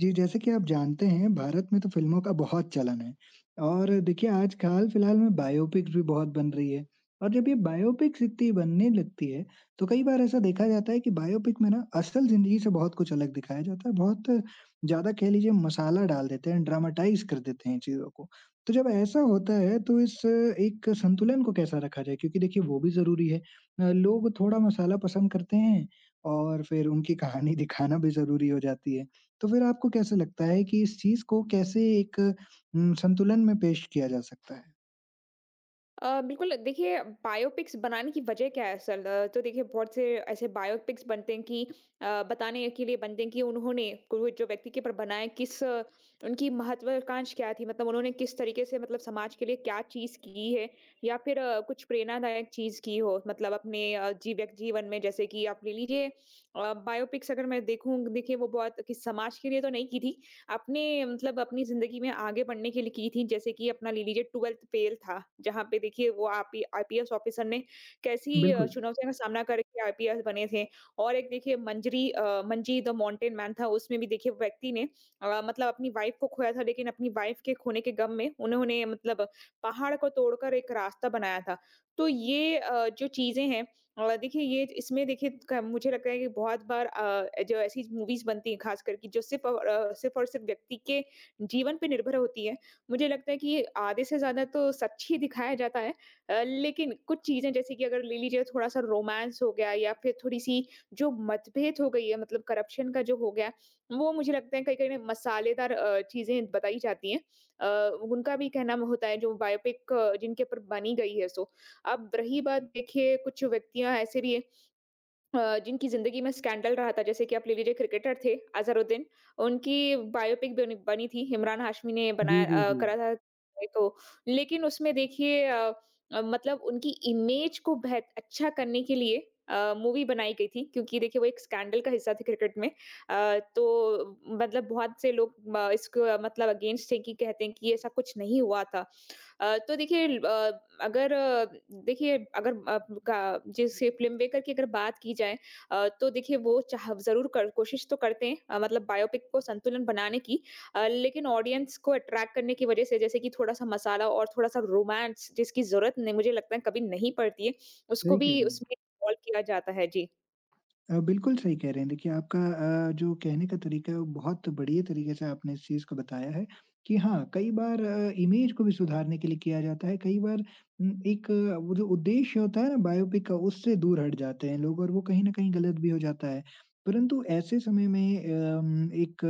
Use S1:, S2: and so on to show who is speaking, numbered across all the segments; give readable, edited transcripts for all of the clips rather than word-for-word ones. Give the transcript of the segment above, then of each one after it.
S1: जी, जैसे कि आप जानते हैं भारत में तो फ़िल्मों का बहुत चलन है। और देखिए आज हाल फिलहाल में बायोपिक्स भी बहुत बन रही है। और जब ये बायोपिक्स इतनी बनने लगती है, तो कई बार ऐसा देखा जाता है कि बायोपिक में ना असल ज़िंदगी से बहुत कुछ अलग दिखाया जाता है, बहुत ज़्यादा कह लीजिए मसाला डाल देते हैं, ड्रामाटाइज़ कर देते हैं चीज़ों को। तो जब ऐसा होता है तो इस एक संतुलन को कैसा रखा जाए? क्योंकि देखिए वो भी ज़रूरी है। लोग थोड़ा मसाला पसंद करते हैं और फिर उनकी कहानी दिखाना भी ज़रूरी हो जाती है। तो फिर आपको कैसे लगता है कि इस चीज़ को कैसे एक संतुलन में पेश किया जा सकता है?
S2: बिल्कुल देखिए बायोपिक्स बनाने की वजह क्या है असल। तो देखिए बहुत से ऐसे बायोपिक्स बनते हैं कि बताने के लिए बनते हैं कि उन्होंने कोई जो व्यक्ति के ऊपर बनाए किस उनकी महत्वाकांक्षा क्या थी, मतलब उन्होंने किस तरीके से मतलब समाज के लिए क्या चीज की है या फिर कुछ प्रेरणादायक चीज की हो, मतलब अपने जी व्यक्ति जीवन में। जैसे कि आप ले लीजिए बायोपिक्स, अगर मैं देखूं देखिए वो बहुत कि समाज के लिए तो नहीं की थी, आपने मतलब अपनी ज़िंदगी में आगे बढ़ने के लिए की थी। जैसे कि अपना ले लीजिए 12th फेल था, जहाँ पे देखिए वो आपी आईपीएस ऑफ़िसर ने कैसी
S1: बिल्कुल।
S2: चुनौतियों का सामना करके आईपीएस बने थे। और एक देखिए मंजरी मंजी द माउंटेन मैन था, उसमें भी देखिए व्यक्ति ने मतलब अपनी वाइफ़ को खोया था, लेकिन अपनी वाइफ़ के खोने के गम में उन्होंने मतलब पहाड़ को तोड़कर एक रास्ता बनाया था। तो ये जो चीज़ें हैं देखिए ये इसमें देखिए क मुझे लगता है कि बहुत बार जो ऐसी मूवीज़ बनती हैं ख़ासकर कि जो सिर्फ़ और सिर्फ़ और सिर्फ़ व्यक्ति के जीवन पे निर्भर होती है। मुझे लगता है कि ये आधे से ज़्यादा तो सच ही दिखाया जाता है। लेकिन कुछ चीज़ें जैसे कि अगर ले लीजिए थोड़ा-सा रोमांस हो गया या फिर थोड़ी-सी जो मतभेद हो गई है मतलब करप्शन का जो हो गया, वो मुझे लगता है कहीं-कहीं ना मसालेदार चीज़ें बताई जाती हैं। उनका भी कहना होता है जो बायोपिक जिनके ऊपर बनी गई है, सो अब रही बात देखिए कुछ व्यक्तियाँ ऐसे भी हैं जिनकी ज़िंदगी में स्कैंडल रहा था, जैसे कि आप ले लीजिए क्रिकेटर थे अज़हरुद्दीन, उनकी बायोपिक बनी बनी थी, इमरान हाशमी ने
S1: जी,
S2: बनाया
S1: जी, जी।
S2: करा था तो। लेकिन उसमें देखिए मतलब उनकी इमेज को बेहत अच्छा करने के लिए मूवी बनाई गई थी क्योंकि देखिए वो एक स्कैंडल का हिस्सा थे क्रिकेट में। तो मतलब बहुत से लोग म इसको मतलब अगेंस्ट थे कि कहते हैं कि ऐसा कुछ नहीं हुआ था। तो देखिए अ, अगर अ, देखिए अगर अ, का जैसे फ़िल्म मेकर की अगर बात की जाए तो देखिए वो चाह ज़रूर कर कोशिश तो करते हैं मतलब बायोपिक को संतुलन बनाने की। लेकिन ऑडियंस को अट्रैक्ट करने की वजह से जैसे कि थोड़ा-सा मसाला और थोड़ा-सा रोमांस, जिसकी ज़रूरत नहीं मुझे लगता है कभी नहीं पड़ती है, उसको
S1: सही
S2: भी
S1: कह रहे
S2: उसमें
S1: हैं।
S2: इन्वॉल्व किया जाता है। जी।
S1: बिल्कुल सही कह रहे हैं। देखिए आपका जो कहने का तरीका है वो बहुत बढ़िया तरीके से आपने इस चीज़ को बताया है कि हाँ, कई बार इमेज को भी सुधारने के लिए किया जाता है। कई बार एक वो जो उद्देश्य होता है ना बायोपिक का उससे दूर हट जाते हैं लोग और वो कहीं न कहीं गलत भी हो जाता है। परंतु ऐसे समय में एक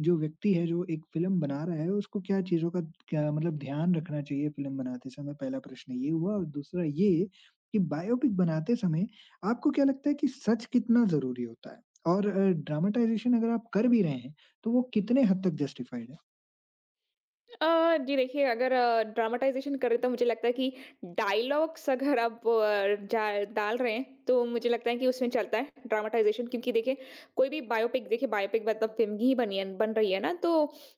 S1: जो व्यक्ति है जो एक फ़िल्म बना रहा है उसको क्या चीज़ों का क्या मतलब ध्यान रखना चाहिए फ़िल्म बनाते समय? पहला प्रश्न ये हुआ और दूसरा ये कि बायोपिक बनाते समय आपको क्या लगता है कि सच कितना ज़रूरी होता है? और ड्रामाटाइज़ेशन अगर आप कर भी रहे हैं, तो वो कितने हद तक जस्टिफाइड है?
S2: जी देखिए अगर ड्रामाटाइज़ेशन करें तो मुझे लगता है कि डायलॉग्स अगर आप जा डाल रहे हैं तो मुझे लगता है कि उसमें चलता है ड्रामाटाइज़ेशन क्योंकि देखिए कोई भी बायोपिक देखिए बायोपिक मतलब फ़िल्म ही बनी है बन रही है ना, तो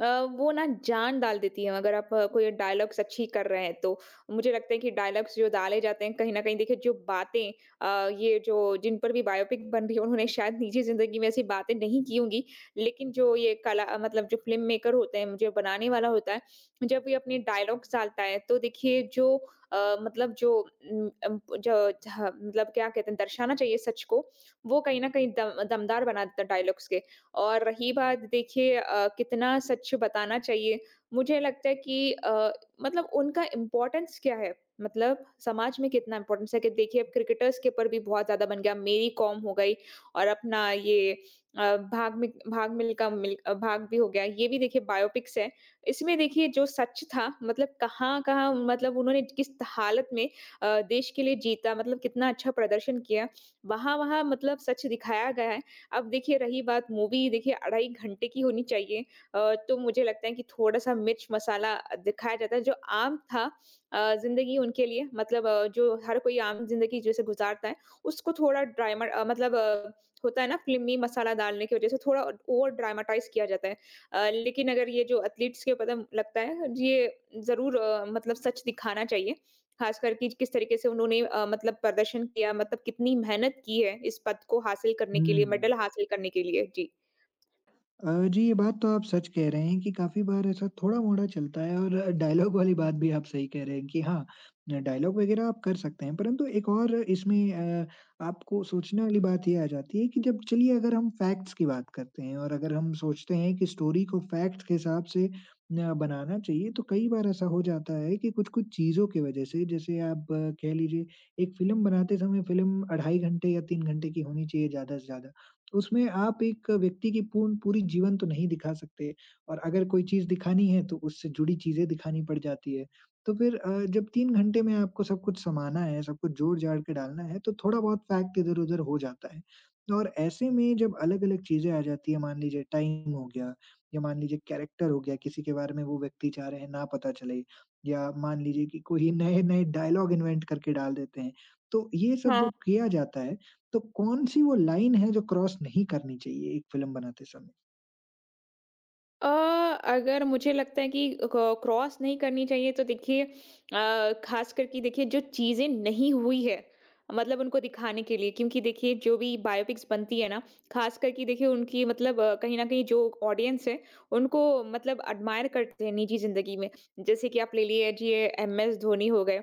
S2: वो ना जान डाल देती है अगर आप कोई डायलॉग्स अच्छी कर रहे हैं तो मुझे लगता है कि डायलॉग्स जो डाले जाते हैं कहीं न कहीं देखिए जो बातें ये जो जिन पर भी बायोपिक बन रही है उन्होंने शायद निजी ज़िंदगी में ऐसी बातें नहीं की होंगी। लेकिन जो ये कला मतलब जो फ़िल्म मेकर होते हैं, जो बनाने वाला होता है जब ये अपने डायलॉग्स डालता है तो देखिए जो मतलब जो जो जहाँ मतलब क्या कहते हैं दर्शाना चाहिए सच को, वो कहीं न कहीं दम दमदार बना देता है डायलॉग्स के। और रही बात देखिए कितना सच बताना चाहिए, मुझे लगता है कि मतलब उनका इम्पोर्टेंस क्या है? मतलब समाज में कितना इम्पोर्टेंस है कि देखिए अब क्रिकेटर्स के ऊपर भी बहुत ज़्यादा बन गया, मेरी कॉम हो गई और अपना ये भाग मि भाग मिल्खा मिल भाग भी हो गया। ये भी देखिए बायोपिक्स है, इसमें देखिए जो सच था मतलब कहाँ-कहाँ मतलब उन्होंने किस हालत में देश के लिए जीता, मतलब कितना अच्छा प्रदर्शन किया, वहाँ-वहाँ मतलब सच दिखाया गया है। अब देखिए रही बात, मूवी देखिए अढ़ाई घंटे की होनी चाहिए, तो मुझे लगता है कि थोड़ा-सा मिर्च मसाला दिखाया जाता है जो आम था। ज़िंदगी उनके लिए मतलब जो हर कोई आम ज़िंदगी जैसे गुज़ारता है, उसको थोड़ा ड्रामा होता है ना फ़िल्मी मसाला डालने की वज़ह से, थोड़ा ओवर ड्रामाटाइज़ किया जाता है। लेकिन अगर ये जो एथलीट्स के पता लगता है, ये ज़रूर मतलब सच दिखाना चाहिए। ख़ासकर कि किस तरीके से उन्होंने मतलब प्रदर्शन किया, मतलब कितनी मेहनत की है इस पद को हासिल करने के लिए,
S1: हुँ।
S2: मेडल हासिल करने के लिए। जी।
S1: जी, ये बात तो आप सच कह रहे हैं कि काफ़ी बार ऐसा थोड़ा-मोड़ा चलता है और डायलॉग वाली बात भी आप सही कह रहे हैं कि हाँ, डायलॉग वगैरह आप कर सकते हैं। परंतु एक और इसमें आपको सोचने वाली बात ये आ जाती है कि जब चलिए अगर हम फैक्ट्स की बात करते हैं और अगर हम सोचते हैं कि स्टोरी को फैक्ट्स के हिसाब से न बनाना चाहिए, तो कई बार ऐसा हो जाता है कि कुछ-कुछ चीज़ों की वजह से, जैसे आप कह लीजिए एक फ़िल्म बनाते समय फ़िल्म अढ़ाई घंटे या 3 घंटे की होनी चाहिए ज़्यादा से ज़्यादा। उसमें आप एक व्यक्ति की पूर्ण पूरी जीवन तो नहीं दिखा सकते और अगर कोई चीज़ दिखानी है तो उससे जुड़ी चीज़ें दिखानी पड़ जाती है। तो फिर जब 3 घंटे में आपको सब कुछ समाना है, सब कुछ जोड़-जाड़ के डालना है तो थोड़ा बहुत फैक्ट इधर-उधर हो जाता है। और ऐसे में जब अलग-अलग चीज़ें आ जाती है, मान लीजिए टाइम हो गया या मान लीजिए कैरेक्टर हो गया, किसी के बारे में वो व्यक्ति चाह रहे हैं ना पता चले, या मान लीजिए कि कोई नए-नए डायलॉग इन्वेंट करके डाल देते हैं। तो ये सब
S2: हाँ।
S1: जब किया जाता है, तो कौन-सी वो लाइन है जो क्रॉस नहीं करनी चाहिए एक फ़िल्म बनाते समय?
S2: अ, अगर मुझे लगता है कि क क्रॉस नहीं करनी चाहिए, तो देखिए ख़ासकर कि देखिए जो चीज़ें नहीं हुई है, मतलब उनको दिखाने के लिए क्योंकि देखिए जो भी बायोपिक्स बनती है ना, ख़ासकर कि देखिए उनकी मतलब कहीं न कहीं जो ऑडियंस है, उनको मतलब एडमायर करते हैं निजी ज़िंदगी में। जैसे कि आप ले लीजिए एमएस धोनी हो गए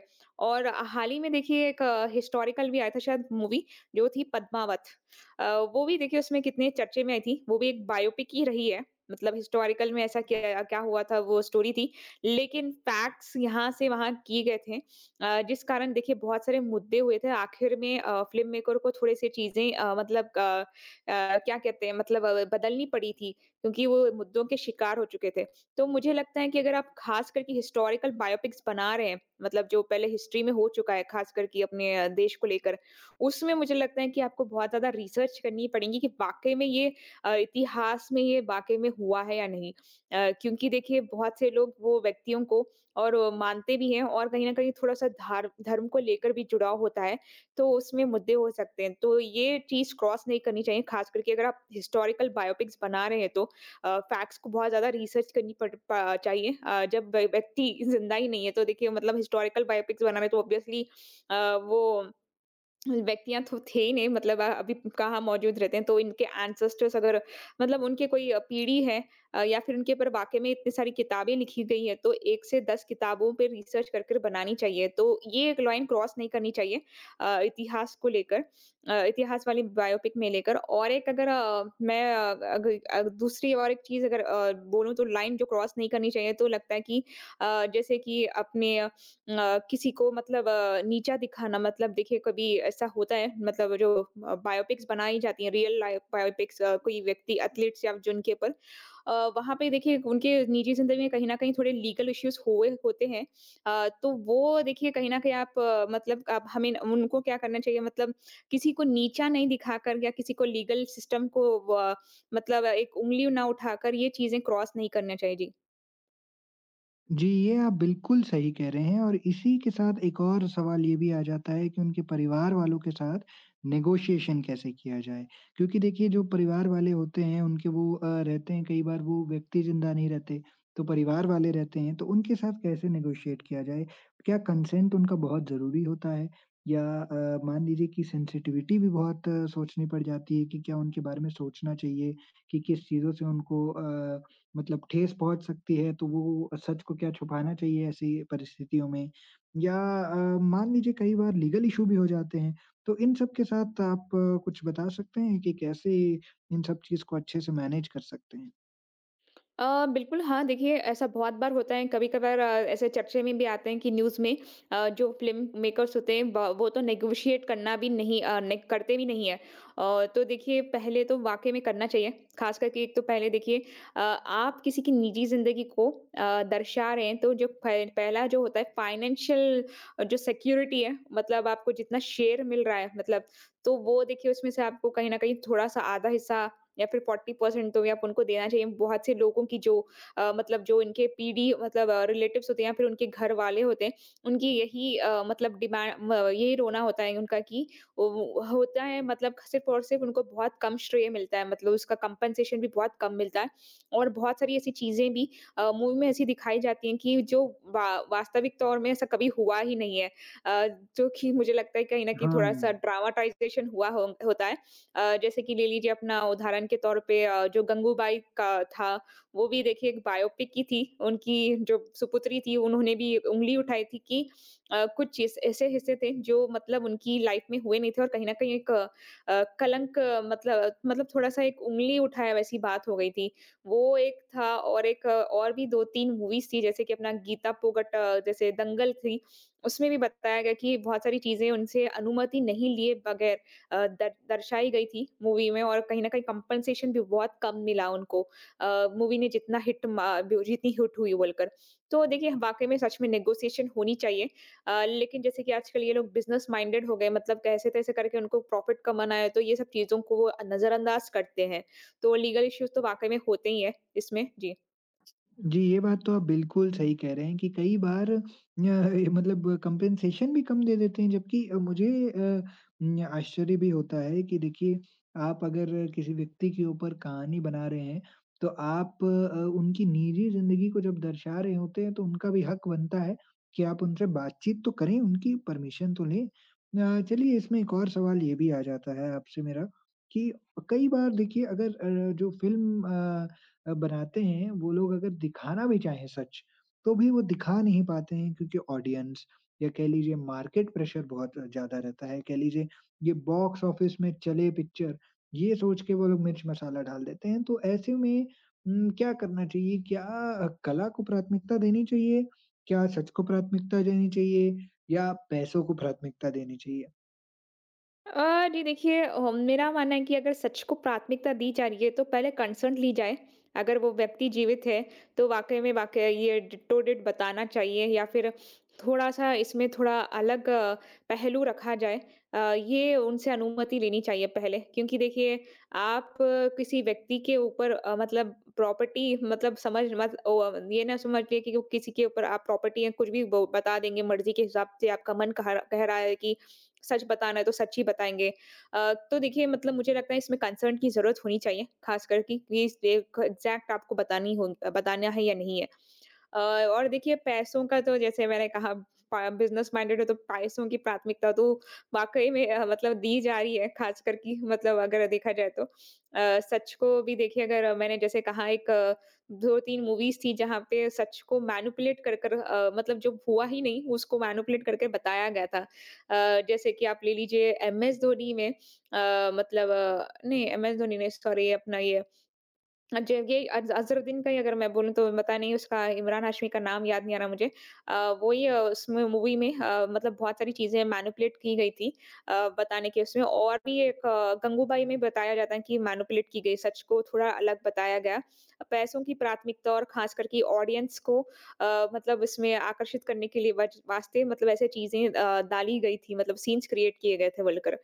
S2: और हाल ही में देखिए एक हिस्टोरिकल भी आया था शायद मूवी, जो थी पद्मावत। अ, वो भी देखिए उसमें कितने चर्चे में आई थी, वो भी एक बायोपिक ही रही है। मतलब हिस्टोरिकल में ऐसा क्या क्या हुआ था वो स्टोरी थी। लेकिन फैक्ट्स यहाँ से वहाँ किए गए थे जिस कारण देखिए बहुत सारे मुद्दे हुए थे। आखिर में फ़िल्म मेकर को थोड़े-से चीज़ें क्या कहते हैं मतलब बदलनी पड़ी थी क्योंकि वो मुद्दों के शिकार हो चुके थे। तो मुझे लगता है कि अगर आप ख़ास करके हिस्टोरिकल बायोपिक्स बना रहे हैं, मतलब जो पहले हिस्ट्री में हो चुका है ख़ास करके अपने देश को लेकर, उसमें मुझे लगता है कि आपको बहुत ज़्यादा रिसर्च करनी पड़ेगी कि वाक़ई में ये इतिहास में ये वाक़ई में हुआ है या नहीं? क्योंकि देखिए बहुत से लोग वो व्यक्तियों को और मानते भी हैं और कहीं न कहीं थोड़ा-सा धार धर्म को लेकर भी जुड़ाव होता है, तो उसमें मुद्दे हो सकते हैं। तो ये चीज़ क्रॉस नहीं करनी चाहिए, ख़ास करके अगर आप हिस्टोरिकल बायोपिक्स बना रहे हैं तो फैक्ट्स को बहुत ज़्यादा रिसर्च करनी पड़ पा चाहिए। जब व्य व्यक्ति ज़िंदा ही नहीं है तो देखिए मतलब हिस्टोरिकल बायोपिक्स बना रहे हैं तो ऑब्वियसली अ, वो व्यक्तियाँ तो थे ही नहीं, मतलब अभी कहाँ मौजूद रहते हैं। तो इनके एंसेस्टर्स अगर मतलब उनके कोई पीढ़ी है या फिर उनके ऊपर वाक़ई में इतनी सारी किताबें लिखी गई हैं, तो 1 से 10 किताबों पे रिसर्च कर कर बनानी चाहिए। तो ये एक लाइन क्रॉस नहीं करनी चाहिए इतिहास को लेकर, इतिहास वाली बायोपिक में लेकर। और एक अगर अ, मैं अ, अग अ, दूसरी और एक चीज़ अगर बोलूँ तो लाइन जो क्रॉस नहीं करनी चाहिए, तो लगता है कि जैसे कि अपने किसी को मतलब नीचा दिखाना, मतलब देखिए कभी ऐसा होता है मतलब जो बायोपिक्स बनाई जाती हैं रियल लाइफ बायोपिक्स, कोई व्यक्ति एथलीट्स या जिनके ऊपर वहाँ पे देखिए उनके निजी जिंदगी में कहीं ना कहीं थोड़े लीगल इश्यूज हुए होते हैं। तो वो देखिए कहीं ना कहीं आप मतलब आप हमें उनको क्या करना चाहिए, मतलब किसी को नीचा नहीं दिखाकर या किसी को लीगल सिस्टम को अ, मतलब एक उंगली ना उठाकर ये चीजें क्रॉस नहीं करना चाहिए। जी।
S1: जी, ये आप बिल्कुल सही कह रहे हैं और इसी के साथ एक और सवाल ये भी आ जाता है कि उनके परिवार वालों के साथ नेगोशिएशन कैसे किया जाए? क्योंकि देखिए जो परिवार वाले होते हैं उनके, वो रहते हैं, कई बार वो व्यक्ति ज़िंदा नहीं रहते, तो परिवार वाले रहते हैं, तो उनके साथ कैसे नेगोशिएट किया जाए? क्या कंसेंट उनका बहुत ज़रूरी होता है? या मान लीजिए कि सेंसिटिविटी भी बहुत सोचनी पड़ जाती है कि क्या उनके बारे में सोचना चाहिए कि किस चीज़ों से उनको मतलब ठेस पहुँच सकती है, तो वो सच को क्या छुपाना चाहिए ऐसी परिस्थितियों में? या मान लीजिए कई बार लीगल इश्यू भी हो जाते हैं, तो इन सब के साथ आप कुछ बता सकते हैं कि कैसे इन सब चीज़ को अच्छे से मैनेज कर सकते हैं?
S2: बिल्कुल हाँ, देखिए ऐसा बहुत बार होता है, कभी-कभार ऐसे चर्चे में भी आते हैं कि न्यूज़ में जो फ़िल्म मेकर्स होते हैं ब वो तो नेगोशिएट करना भी नहीं ने करते भी नहीं है। तो देखिए पहले तो वाक़ई में करना चाहिए, ख़ास करके एक तो पहले देखिए आप किसी की निजी ज़िंदगी को दर्शा रहे हैं तो जो प पहला जो होता है फ़ाइनेंशियल जो सिक्योरिटी है, मतलब आपको जितना शेयर मिल रहा है मतलब, तो वो देखिए उसमें से आपको कहीं न कहीं थोड़ा-सा आधा हिस्सा या फिर 40% तो भी आप उनको देना चाहिए। बहुत से लोगों की जो मतलब जो इनके पीढ़ी मतलब रिलेटिव्स होते हैं या फिर उनके घर वाले होते हैं, उनकी यही मतलब डिमांड म यही रोना होता है उनका कि वो होता है मतलब सिर्फ़ और सिर्फ़ उनको बहुत कम श्रेय मिलता है, मतलब उसका कंपनसेशन भी बहुत कम मिलता है और बहुत सारी ऐसी चीज़ें भी मूवी में ऐसी दिखाई जाती हैं कि जो वा वास्तविक तौर में ऐसा कभी हुआ ही नहीं है। अ, जो कि मुझे लगता है कहीं न कहीं
S1: हाँ।
S2: थोड़ा-सा ड्रामाटाइज़ेशन हुआ हो होता है। जैसे कि ले लीजिए अपना उदाहरण के तौर पे जो गंगूबाई का था वो भी देखिए एक बायोपिक की थी। उनकी जो सुपुत्री थी उन्होंने भी उँगली उठाई थी कि कुछ चीज़ ऐसे हिस्से थे जो मतलब उनकी लाइफ में हुए नहीं थे और कहीं न कहीं एक कलंक मतलब थोड़ा-सा एक उँगली उठाया वैसी बात हो गई थी। वो एक था और एक और भी 2-3 मूवीज़ थी जैसे कि अपना गीता फोगट जैसे दंगल थी। उसमें भी बताया गया कि बहुत सारी चीज़ें उनसे अनुमति नहीं लिए बगैर अ, दर दर्शाई गई थी मूवी में और कहीं न कहीं कम्पेन्सेशन भी बहुत कम मिला उनको अ, मूवी ने जितना हिट मा ब जितनी हिट हुई बोलकर। तो देखिए वाक़ई में सच में नेगोशिएशन होनी चाहिए लेकिन जैसे कि आजकल ये लोग बिज़नेस माइंडेड हो गए मतलब कैसे-तैसे करके उनको प्रॉफ़िट कमाना है, तो ये सब चीज़ों को वो नज़रअंदाज़ करते हैं। तो लीगल इश्यूज़ तो वाक़ई में होते ही हैं इसमें। जी।
S1: जी, ये बात तो आप बिल्कुल सही कह रहे हैं कि कई बार ये मतलब कंपेंसेशन भी कम दे देते हैं, जबकि मुझे न आश्चर्य भी होता है कि देखिए, आप अगर किसी व्यक्ति के ऊपर कहानी बना रहे हैं, तो आप उनकी निजी ज़िंदगी को जब दर्शा रहे होते हैं तो उनका भी हक बनता है कि आप उनसे बातचीत तो करें, उनकी परमिशन तो लें। चलिए, इसमें एक और सवाल ये भी आ जाता है आपसे मेरा, कि कई बार देखिए, अगर जो फ़िल्म बनाते हैं, वो लोग अगर दिखाना भी चाहें सच, तो भी वो दिखा नहीं पाते हैं, क्योंकि ऑडियंस या कह लीजिए मार्केट प्रेशर बहुत ज़्यादा रहता है। कह लीजिए, ये बॉक्स ऑफिस में चले पिक्चर, ये सोच के वो लोग मिर्च मसाला डाल देते हैं। तो ऐसे में क्या करना चाहिए? क्या कला को प्राथमिकता देनी चाहिए? क्या सच को प्राथमिकता देनी चाहिए, या पैसों को प्राथमिकता देनी चाहिए?
S2: जी देखिए मेरा मानना है कि अगर सच को प्राथमिकता दी जा रही है तो पहले कंसर्न ली जाए। अगर वो व्यक्ति जीवित है तो वाक़ई ये डिट्टो डिट बताना चाहिए या फिर थोड़ा-सा इसमें थोड़ा अलग पहलू रखा जाए। ये उनसे अनुमति लेनी चाहिए पहले क्योंकि देखिए आप किसी व्यक्ति के ऊपर मतलब प्रॉपर्टी मतलब समझ मत ओ अ, ये ना समझ लिए कि वो किसी के ऊपर आप प्रॉपर्टी या कुछ भी ब बता देंगे मर्ज़ी के हिसाब से आपका मन कह रहा है कि सच बताना है तो सच ही बताएँगे। तो देखिए मतलब मुझे लगता है इसमें कंसर्न की ज़रूरत होनी चाहिए, ख़ासकर कि ये स ये क एग्ज़ैक्ट आपको बतानी हो बताना है या नहीं है। अ, और देखिए पैसों का तो जैसे मैंने कहा पा बिज़नेस माइंडेड है तो पैसों की प्राथमिकता तो वाक़ई में मतलब दी जा रही है ख़ासकर कि मतलब अगर देखा जाए तो। सच को भी देखिए अगर मैंने जैसे कहा एक 2-3 मूवीज़ थी जहाँ पे सच को मैनिपुलेट कर कर अ, मतलब जो हुआ ही नहीं उसको मैनिपुलेट करके बताया गया था। जैसे कि आप ले लीजिए एमएस धोनी में नहीं एमएस धोनी नहीं सॉरी अपना ये जो ये अज़रुद्दीन का ही अगर मैं बोलूँ तो पता नहीं उसका इमरान हाशमी का नाम याद नहीं आ रहा मुझे। अ, वो ही उसमें मूवी में मतलब बहुत सारी चीज़ें मैनिपुलेट की गई थी अ, बताने के उसमें और भी एक गंगूबाई में बताया जाता है कि मैनिपुलेट की गई, सच को थोड़ा अलग बताया गया। पैसों की प्राथमिकता और ख़ास करके ऑडियंस को मतलब इसमें आकर्षित करने के लिए वज वास्ते मतलब ऐसे चीज़ें डाली गई थी मतलब सीन्स क्रिएट किए गए थे बोलकर।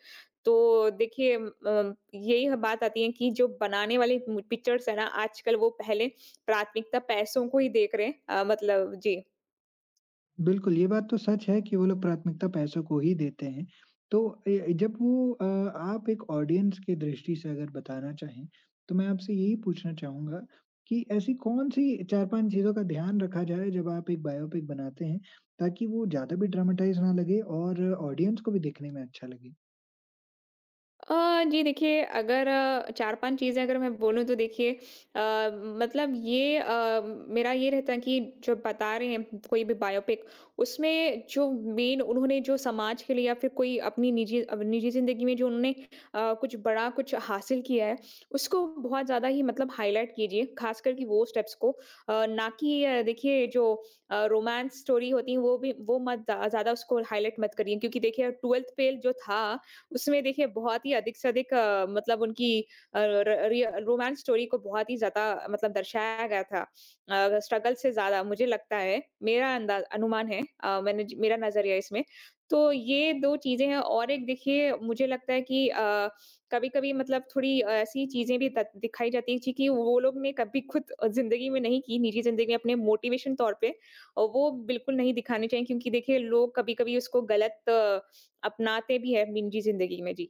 S2: तो देखिए यही ह बात आती है कि जो बनाने वाले मु पिक्चर्स है ना आजकल वो पहले प्राथमिकता पैसों को ही देख रहे हैं मतलब जी।
S1: बिल्कुल, ये बात तो सच है कि वो लोग प्राथमिकता पैसों को ही देते हैं। तो जब वो आप एक ऑडियंस की दृष्टि से अगर बताना चाहें, तो मैं आपसे यही पूछना चाहूँगा कि ऐसी कौन-सी 4-5 चीज़ों का ध्यान रखा जाए जब आप एक बायोपिक बनाते हैं, ताकि वो ज़्यादा भी ड्रामेटाइज़ ना लगे और ऑडियंस को भी देखने में अच्छा लगे?
S2: जी देखिए अगर 4-5 चीज़ें अगर मैं बोलूँ तो देखिए अ, मतलब ये अ, मेरा ये रहता है कि जो बता रहे हैं कोई भी बायोपिक उसमें जो मेन उन्होंने जो समाज के लिए या फिर कोई अपनी निजी निजी ज़िंदगी में जो उन्होंने कुछ बड़ा कुछ हासिल किया है, उसको बहुत ज़्यादा ही मतलब हाइलाइट कीजिए, ख़ासकर कि वो स्टेप्स को। ना कि देखिए जो रोमांस स्टोरी होती है वो भी वो मत ज़्या ज़्यादा उसको हाइलाइट मत करिए क्योंकि देखिए 12th फेल जो था उसमें देखिए बहुत ही अधिक से अधिक मतलब उनकी अ, र रिय रोमांस स्टोरी को बहुत ही ज़्यादा मतलब दर्शाया गया था। स्ट्रगल से ज़्यादा मुझे लगता है, मेरा अंदाज़ अनुमान है अ, मैंने ज मेरा नज़रिया इसमें। तो ये 2 चीज़ें हैं और एक देखिए मुझे लगता है कि कभी-कभी मतलब थोड़ी ऐसी चीज़ें भी द दिखाई जाती हैं जी कि वो लोग ने कभी खुद ज़िंदगी में नहीं की, निजी ज़िंदगी में अपने मोटिवेशन तौर पे और वो बिल्कुल नहीं दिखाने चाहिए क्योंकि देखिए लोग कभी-कभी उसको गलत अपनाते भी हैं अब निजी ज़िंदगी में। जी,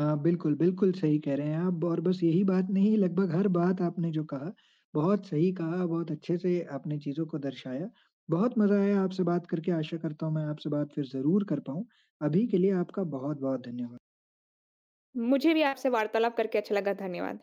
S1: बिल्कुल, बिल्कुल सही कह रहे हैं आप, और बस यही बात नहीं, लगभग हर बात आपने जो कहा, बहुत सही कहा, बहुत अच्छे से आपने चीज़ों को दर्शाया। बहुत मज़ा आया आपसे बात करके, आशा करता हूँ मैं आपसे बात फिर ज़रूर कर पाऊँ। अभी के लिए आपका बहुत-बहुत धन्यवाद।
S2: मुझे भी आपसे वार्तालाप करके अच्छा लगा। धन्यवाद।